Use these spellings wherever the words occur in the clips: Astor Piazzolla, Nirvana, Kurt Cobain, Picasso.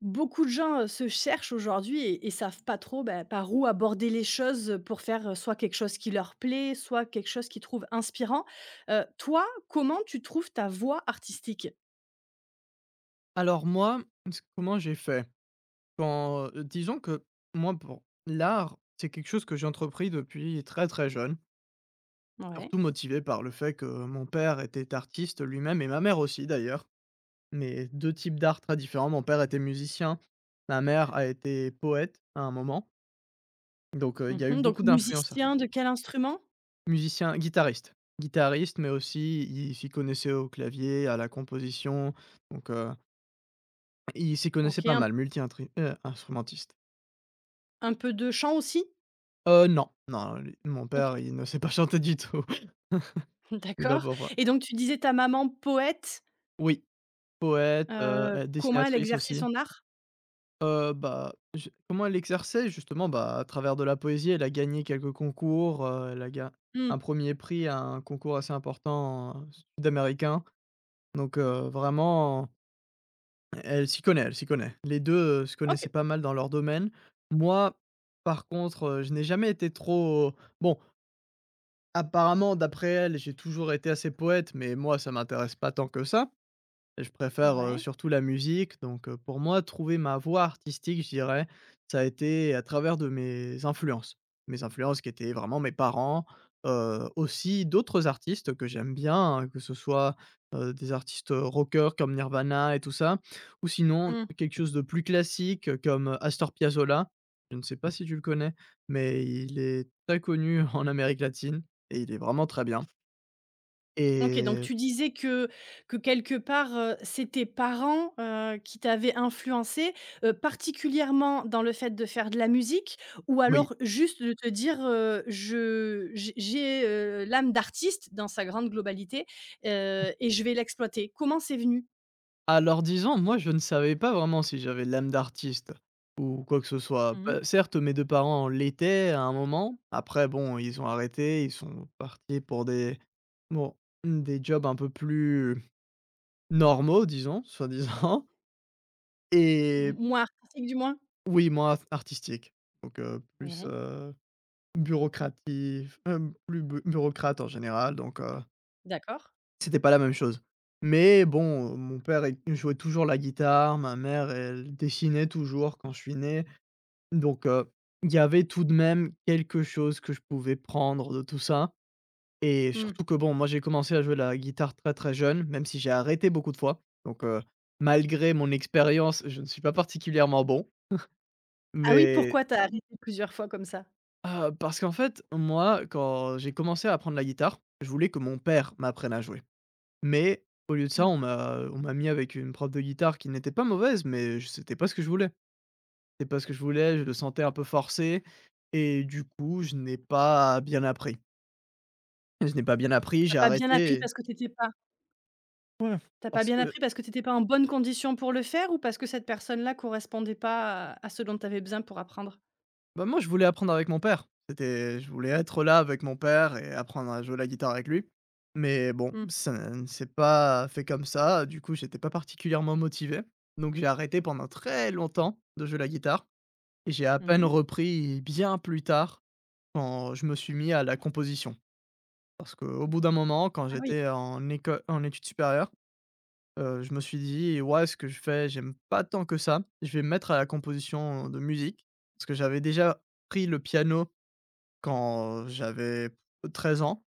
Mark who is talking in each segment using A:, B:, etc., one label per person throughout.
A: Beaucoup de gens, se cherchent aujourd'hui et savent pas trop, bah, par où aborder les choses, pour faire, soit quelque chose qui leur plaît, soit quelque chose qu'ils trouvent inspirant. Toi, comment tu trouves ta voix artistique?
B: Alors moi, c comment j'ai fait? Quand, disons que moi pour l'art, c'est quelque chose que j'ai entrepris depuis très, très jeune,
A: Ouais.
B: surtout motivé par le fait que mon père était artiste lui-même et ma mère aussi d'ailleurs, mais 2 types d'art très différents. Mon père était musicien, ma mère a été poète à un moment, donc il y a eu
A: Mmh,
B: beaucoup
A: donc
B: d'influences
A: musicien de
B: artistiques.
A: quel instrument?
B: Musicien guitariste, mais aussi il s'y connaissait au clavier, à la composition, donc il s'y connaissait
A: OK,
B: pas
A: un
B: mal, multi instrumentiste.
A: un peu de chant aussi?
B: Non, non, lui mon
A: OK,
B: père, il ne sait pas chanter du tout. C'est pas
A: d'accord.
B: pour moi.
A: Et donc tu disais ta maman poète,
B: Oui, poète, elle est
A: comment elle
B: dessinatrice
A: exerçait
B: aussi.
A: son art?
B: Bah, je comment elle exerçait? Justement, bah, à travers de la poésie, elle a gagné quelques concours, elle a ga un
A: Mmh.
B: premier prix à un concours assez important, sud-américain. Donc, vraiment, elle s'y connaît, elle s'y connaît. Les 2 se connaissaient
A: OK.
B: pas mal dans leur domaine. Moi, par contre, je n'ai jamais été trop bon, apparemment, d'après elle, j'ai toujours été assez poète, mais moi, ça m'intéresse pas tant que ça. Je préfère,
A: Ouais.
B: surtout la musique, donc pour moi, trouver ma voie artistique, je dirais, ça a été à travers de mes influences. Mes influences qui étaient vraiment mes parents, aussi d'autres artistes que j'aime bien, hein, que ce soit, des artistes, rockers comme Nirvana et tout ça, ou sinon
A: Mmh.
B: quelque chose de plus classique, comme Astor Piazzolla. Je ne sais pas si tu le connais, mais il est très connu en Amérique latine et il est vraiment très bien,
A: OK, donc
B: et
A: tu disais que quelque part, c'est tes parents, qui t'avaient influencé, particulièrement dans le fait de faire de la musique, ou
B: oui.
A: alors juste de te dire, «Je j'ai, l'âme d'artiste dans sa grande globalité, et je vais l'exploiter». Comment c'est venu?
B: Alors disons, moi je ne savais pas vraiment si j'avais l'âme d'artiste ou quoi que ce soit.
A: Mmh,
B: Bah, certes, mes 2 parents l'étaient à un moment. Après bon, ils ont arrêté, ils sont partis pour des bon, des jobs un peu plus normaux, disons, soi-disant et
A: moins artistique du moins?
B: oui, moi artistique. Donc,
A: Oui,
B: bureaucratif, plus bu bureaucrate en général, donc.
A: d'accord.
B: C'était pas la même chose. Mais bon, mon père il jouait toujours la guitare, ma mère elle dessinait toujours quand je suis né, donc il y avait tout de même quelque chose que je pouvais prendre de tout ça, et
A: Mmh.
B: surtout que bon, moi j'ai commencé à jouer la guitare très, très jeune, même si j'ai arrêté beaucoup de fois. Donc malgré mon expérience, je ne suis pas particulièrement bon,
A: Ah oui,
B: mais
A: pourquoi t'as arrêté plusieurs fois comme ça?
B: parce qu'en fait, moi, quand j'ai commencé à apprendre la guitare, je voulais que mon père m'apprenne à jouer. Mais au lieu de ça,
A: Mmh.
B: on m'a mis avec une prof de guitare qui n'était pas mauvaise, mais je c'était pas ce que je voulais. C'était pas ce que je voulais, je le sentais un peu forcé, et du coup, je n'ai pas bien appris. Je n'ai pas bien appris,
A: Tu
B: j'ai
A: pas bien appris
B: arrêté.
A: parce que t'étais pas
B: Ouais.
A: T'as pas
B: Parce
A: bien
B: que,
A: appris parce que tu étais pas en bonne condition pour le faire, ou parce que cette personne-là correspondait pas à ce dont tu avais besoin pour apprendre?
B: bah, moi, je voulais apprendre avec mon père. C'était je voulais être là avec mon père et apprendre à jouer la guitare avec lui. Mais bon,
A: Mmh.
B: ça ne s'est pas fait comme ça, du coup, j'étais pas particulièrement motivé. Donc j'ai arrêté pendant très longtemps de jouer la guitare, et j'ai à peine
A: Mmh.
B: repris bien plus tard, quand je me suis mis à la composition. Parce qu'au bout d'un moment, quand
A: Ah oui.
B: j'étais en études supérieures, je me suis dit: «Ouais, ce que je fais, j'aime pas tant que ça. Je vais me mettre à la composition de musique». Parce que j'avais déjà pris le piano quand j'avais 13 ans.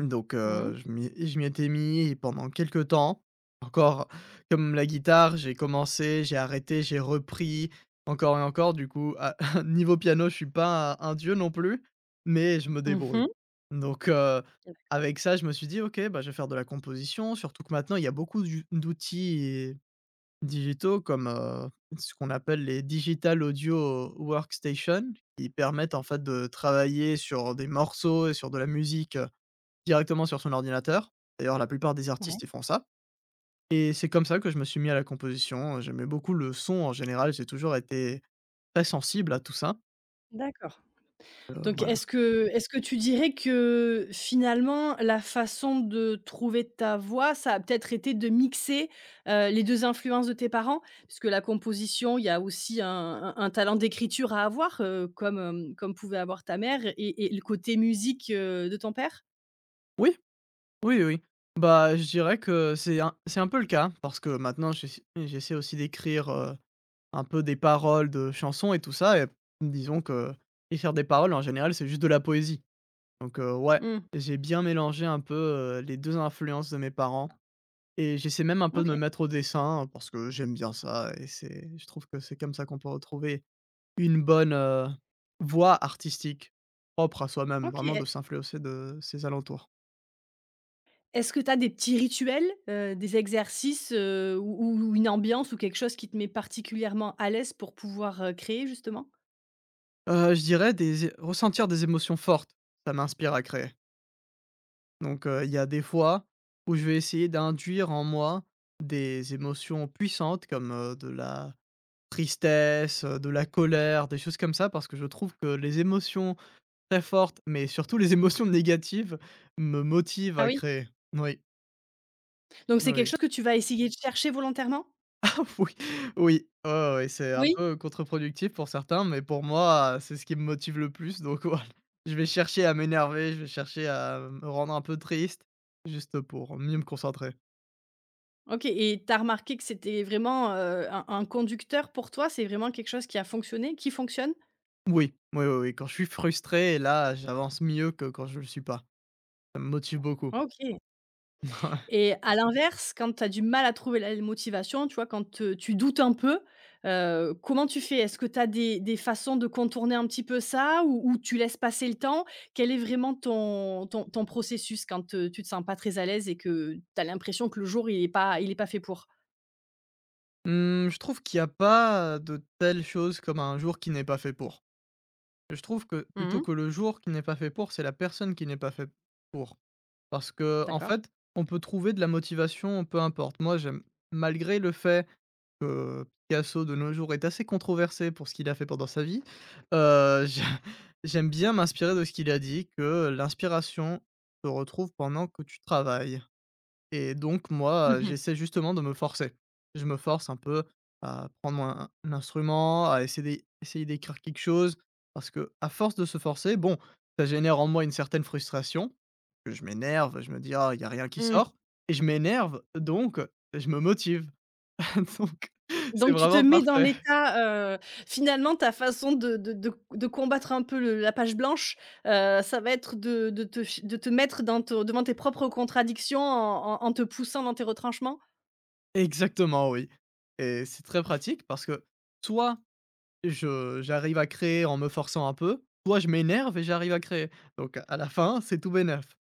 B: Donc
A: Mh.
B: je m'y étais mis pendant quelque temps, encore comme la guitare, j'ai commencé, j'ai arrêté, j'ai repris, encore et encore. Du coup, à niveau piano, je suis pas un dieu non plus, mais je me
A: Mmh
B: débrouille.
A: mh.
B: Donc avec ça, je me suis dit: «OK, bah, je vais faire de la composition», surtout que maintenant, il y a beaucoup d'outils digitaux comme, ce qu'on appelle les digital audio workstation, qui permettent en fait de travailler sur des morceaux et sur de la musique, directement sur son ordinateur. D'ailleurs, la plupart des
A: Ouais,
B: artistes, ils font ça, et c'est comme ça que je me suis mis à la composition. J'aimais beaucoup le son en général, j'ai toujours été très sensible à tout ça,
A: d'accord. Donc
B: voilà.
A: est-ce que tu dirais que finalement la façon de trouver ta voix, ça a peut-être été de mixer, les 2 influences de tes parents? Puisque la composition, il y a aussi un talent d'écriture à avoir, comme, hem, comme pouvait avoir ta mère, et le côté musique, de ton père?
B: Oui, oui, oui. Bah, je dirais que c'est un peu le cas, parce que maintenant j'essaie aussi d'écrire, un peu des paroles de chansons et tout ça, et disons que écrire des paroles, en général, c'est juste de la poésie, donc ouais,
A: Mmh.
B: j'ai bien mélangé un peu, les 2 influences de mes parents. Et j'essaie même un peu de me
A: OK.
B: mettre au dessin, hein, parce que j'aime bien ça, et c'est je trouve que c'est comme ça qu'on peut retrouver une bonne, voie artistique propre à soi-même,
A: OK.
B: vraiment
A: E
B: de s'influencer de ses alentours.
A: Est-ce que tu as des petits rituels, des exercices, ou une ambiance ou quelque chose qui te met particulièrement à l'aise pour pouvoir, créer justement?
B: Je dirais des é ressentir des émotions fortes, ça m'inspire à créer. Donc, il y a des fois où je vais essayer d'induire en moi des émotions puissantes comme, de la tristesse, de la colère, des choses comme ça, parce que je trouve que les émotions très forte, mais surtout les émotions négatives me motivent
A: Ah
B: à
A: oui?
B: créer. Oui,
A: Donc c'est quelque
B: oui,
A: chose que tu vas essayer de chercher volontairement?
B: oui, oui, ouais, ouais, ouais, c'est un
A: Oui.
B: peu contre-productif pour certains, mais pour moi, c'est ce qui me motive le plus, donc voilà. Je vais chercher à m'énerver, je vais chercher à me rendre un peu triste, juste pour mieux me concentrer.
A: OK, et tu as remarqué que c'était vraiment, un conducteur pour toi? C'est vraiment quelque chose qui a fonctionné, qui fonctionne?
B: Oui, oui, oui, oui, quand je suis frustré, là, j'avance mieux que quand je le suis pas. Ça me motive beaucoup.
A: OK. Et à l'inverse, quand tu as du mal à trouver la motivation, tu vois, quand, tu doutes un peu, comment tu fais? Est-ce que tu as des façons de contourner un petit peu ça, ou tu laisses passer le temps? Quel est vraiment ton processus quand, tu te sens pas très à l'aise et que tu as l'impression que le jour il est pas fait pour?
B: Ouais. Mmh, je trouve qu'il n'y a pas de telle chose comme un jour qui n'est pas fait pour. Je trouve que plutôt
A: Mmh.
B: que le jour qui n'est pas fait pour, c'est la personne qui n'est pas faite pour. Parce que en
A: D'accord.
B: fait, on peut trouver de la motivation, peu importe. Moi, j'aime, malgré le fait que Picasso de nos jours est assez controversé pour ce qu'il a fait pendant sa vie, j'ai, j'aime bien m'inspirer de ce qu'il a dit, que l'inspiration se retrouve pendant que tu travailles. Et donc moi,
A: Mmh.
B: j'essaie justement de me forcer. Je me force un peu à prendre un instrument, à essayer d'écrire quelque chose, parce que à force de se forcer, bon, ça génère en moi une certaine frustration, que je m'énerve, je me dis: «Ah, il y a rien qui
A: Mmh.
B: sort», et je m'énerve, donc je me motive. Donc c'est
A: Donc tu te
B: vraiment
A: mets dans
B: parfait.
A: l'état, finalement ta façon de combattre un peu le la page blanche, ça va être de te mettre dans te devant tes propres contradictions en te poussant dans tes retranchements?
B: Exactement, oui, et c'est très pratique parce que soit je j'arrive à créer en me forçant un peu, soit je m'énerve et j'arrive à créer. Donc à la fin, c'est tout bénef.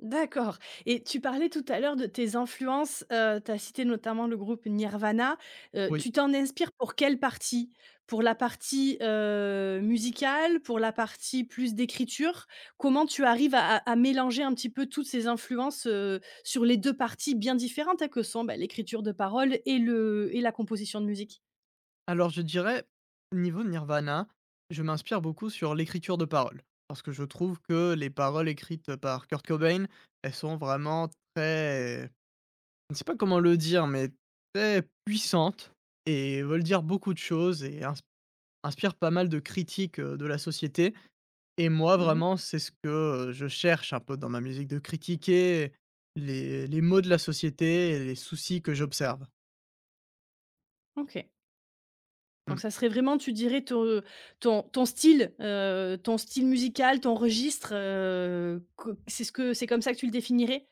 A: D'accord, et tu parlais tout à l'heure de tes influences, tu as cité notamment le groupe Nirvana,
B: Oui.
A: tu t'en inspires pour quelle partie? Pour la partie, musicale? Pour la partie plus d'écriture? Comment tu arrives à mélanger un petit peu toutes ces influences, sur les 2 parties bien différentes, hein, que sont, bah, l'écriture de paroles et le et la composition de musique?
B: Alors je dirais, niveau Nirvana, je m'inspire beaucoup sur l'écriture de paroles. Parce que je trouve que les paroles écrites par Kurt Cobain, elles sont vraiment très je ne sais pas comment le dire, mais très puissantes, et veulent dire beaucoup de choses, et inspirent pas mal de critiques, de la société. Et moi
A: Mmh.
B: vraiment, c'est ce que, je cherche un peu dans ma musique, de critiquer les maux de la société et les soucis que j'observe.
A: OK. Donc
B: Mmh.
A: ça serait vraiment, tu dirais, te ton style, ton style musical, ton registre, co c'est ce que c'est comme ça que tu le définirais?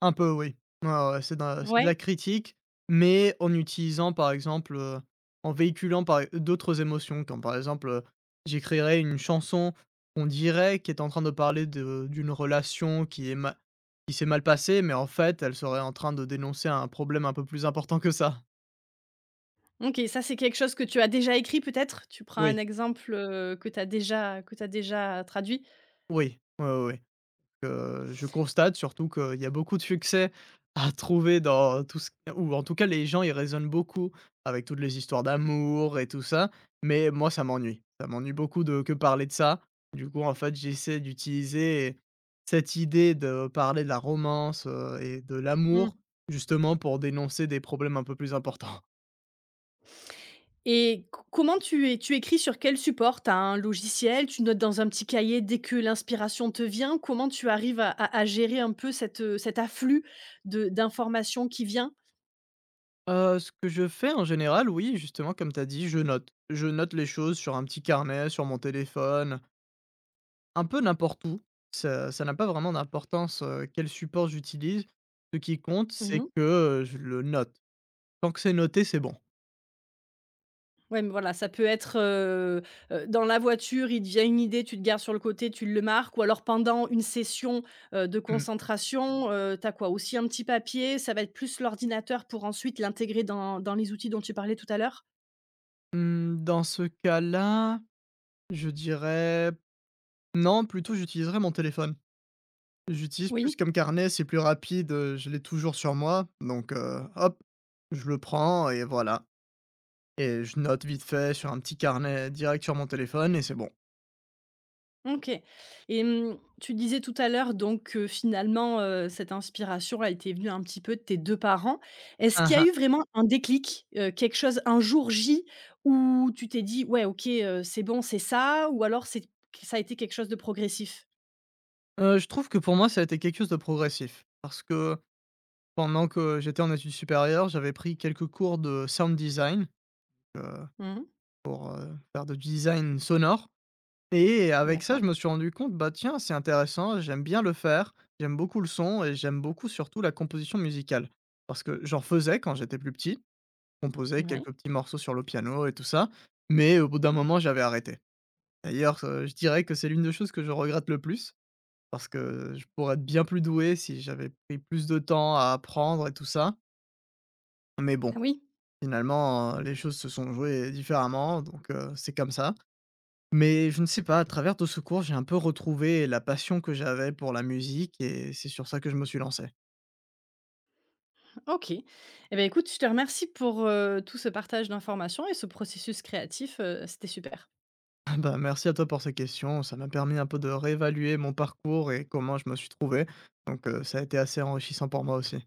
B: Un peu oui. Ouais, ouais, ouais, c'est de la c'est de
A: Ouais?
B: la critique, mais en utilisant par exemple, en véhiculant par e d'autres émotions, comme par exemple, j'écrirais une chanson qu'on dirait qui est en train de parler de d'une relation qui est ma qui s'est mal passée, mais en fait elle serait en train de dénoncer un problème un peu plus important que ça.
A: OK, ça, c'est quelque chose que tu as déjà écrit peut-être? Tu prends un
B: Oui,
A: exemple, que tu as déjà que tu déjà traduit?
B: oui, oui, oui, oui. Je constate surtout qu'il y a beaucoup de succès à trouver dans tout ce, ou en tout cas les gens, ils raisonnent beaucoup avec toutes les histoires d'amour et tout ça, mais moi ça m'ennuie. Ça m'ennuie beaucoup de que parler de ça. Du coup, en fait, j'essaie d'utiliser cette idée de parler de la romance, et de
A: Mmh.
B: l'amour, justement pour dénoncer des problèmes un peu plus importants.
A: Et co comment tu écris sur quel support? Tu as un logiciel? Tu notes dans un petit cahier dès que l'inspiration te vient? Comment tu arrives à gérer un peu cette cet afflux de d'informations qui vient?
B: Ce que je fais en général, oui, justement, comme tu as dit, je note. Je note les choses sur un petit carnet, sur mon téléphone, un peu n'importe où, ça n'a pas vraiment d'importance, quel support j'utilise. Ce qui compte, c'est que, je le note. Tant que c'est noté, c'est bon.
A: Ouais, mais voilà, ça peut être, dans la voiture, il te vient une idée, tu te gares sur le côté, tu le marques, ou alors pendant une session, de
B: Mmh.
A: concentration, tu quoi? Aussi un petit papier, ça va être plus l'ordinateur pour ensuite l'intégrer dans les outils dont tu parlais tout à l'heure?
B: Mmh, dans ce cas-là, je dirais non, plutôt j'utiliserais mon téléphone. J'utilise plus
A: Oui?
B: comme carnet, c'est plus rapide, je l'ai toujours sur moi, donc hop, je le prends et voilà, et je note vite fait sur un petit carnet direct sur mon téléphone, et c'est bon.
A: OK, et mmh, tu disais tout à l'heure donc que finalement, cette inspiration, elle était venue un petit peu de tes 2 parents. Est-ce
B: Ah
A: qu'il y a
B: hein.
A: eu vraiment un déclic, quelque chose un jour J où tu t'es dit: «Ouais OK, c'est bon, c'est ça», ou alors c'est ça a été quelque chose de progressif?
B: Je trouve que pour moi, ça a été quelque chose de progressif parce que pendant que j'étais en études supérieures, j'avais pris quelques cours de sound design, heu,
A: Mmh.
B: pour, faire du design sonore, et avec ça,
A: D'accord.
B: je me suis rendu compte, bah, tiens, c'est intéressant, j'aime bien le faire, j'aime beaucoup le son et j'aime beaucoup surtout la composition musicale. Parce que j'en faisais quand j'étais plus petit, composais
A: Ouais.
B: quelques petits morceaux sur le piano et tout ça, mais au bout d'un moment, j'avais arrêté. D'ailleurs, je dirais que c'est l'une des choses que je regrette le plus, parce que je pourrais être bien plus doué si j'avais pris plus de temps à apprendre et tout ça, mais bon,
A: Ah oui.
B: finalement, les choses se sont jouées différemment, donc c'est comme ça. Mais je ne sais pas, à travers de ce cours, j'ai un peu retrouvé la passion que j'avais pour la musique, et c'est sur ça que je me suis lancé.
A: OK, eh bien, écoute, je te remercie pour, tout ce partage d'informations et ce processus créatif, c'était super.
B: Ah bah, merci à toi pour ces questions, ça m'a permis un peu de réévaluer mon parcours et comment je me suis trouvé, donc ça a été assez enrichissant pour moi aussi.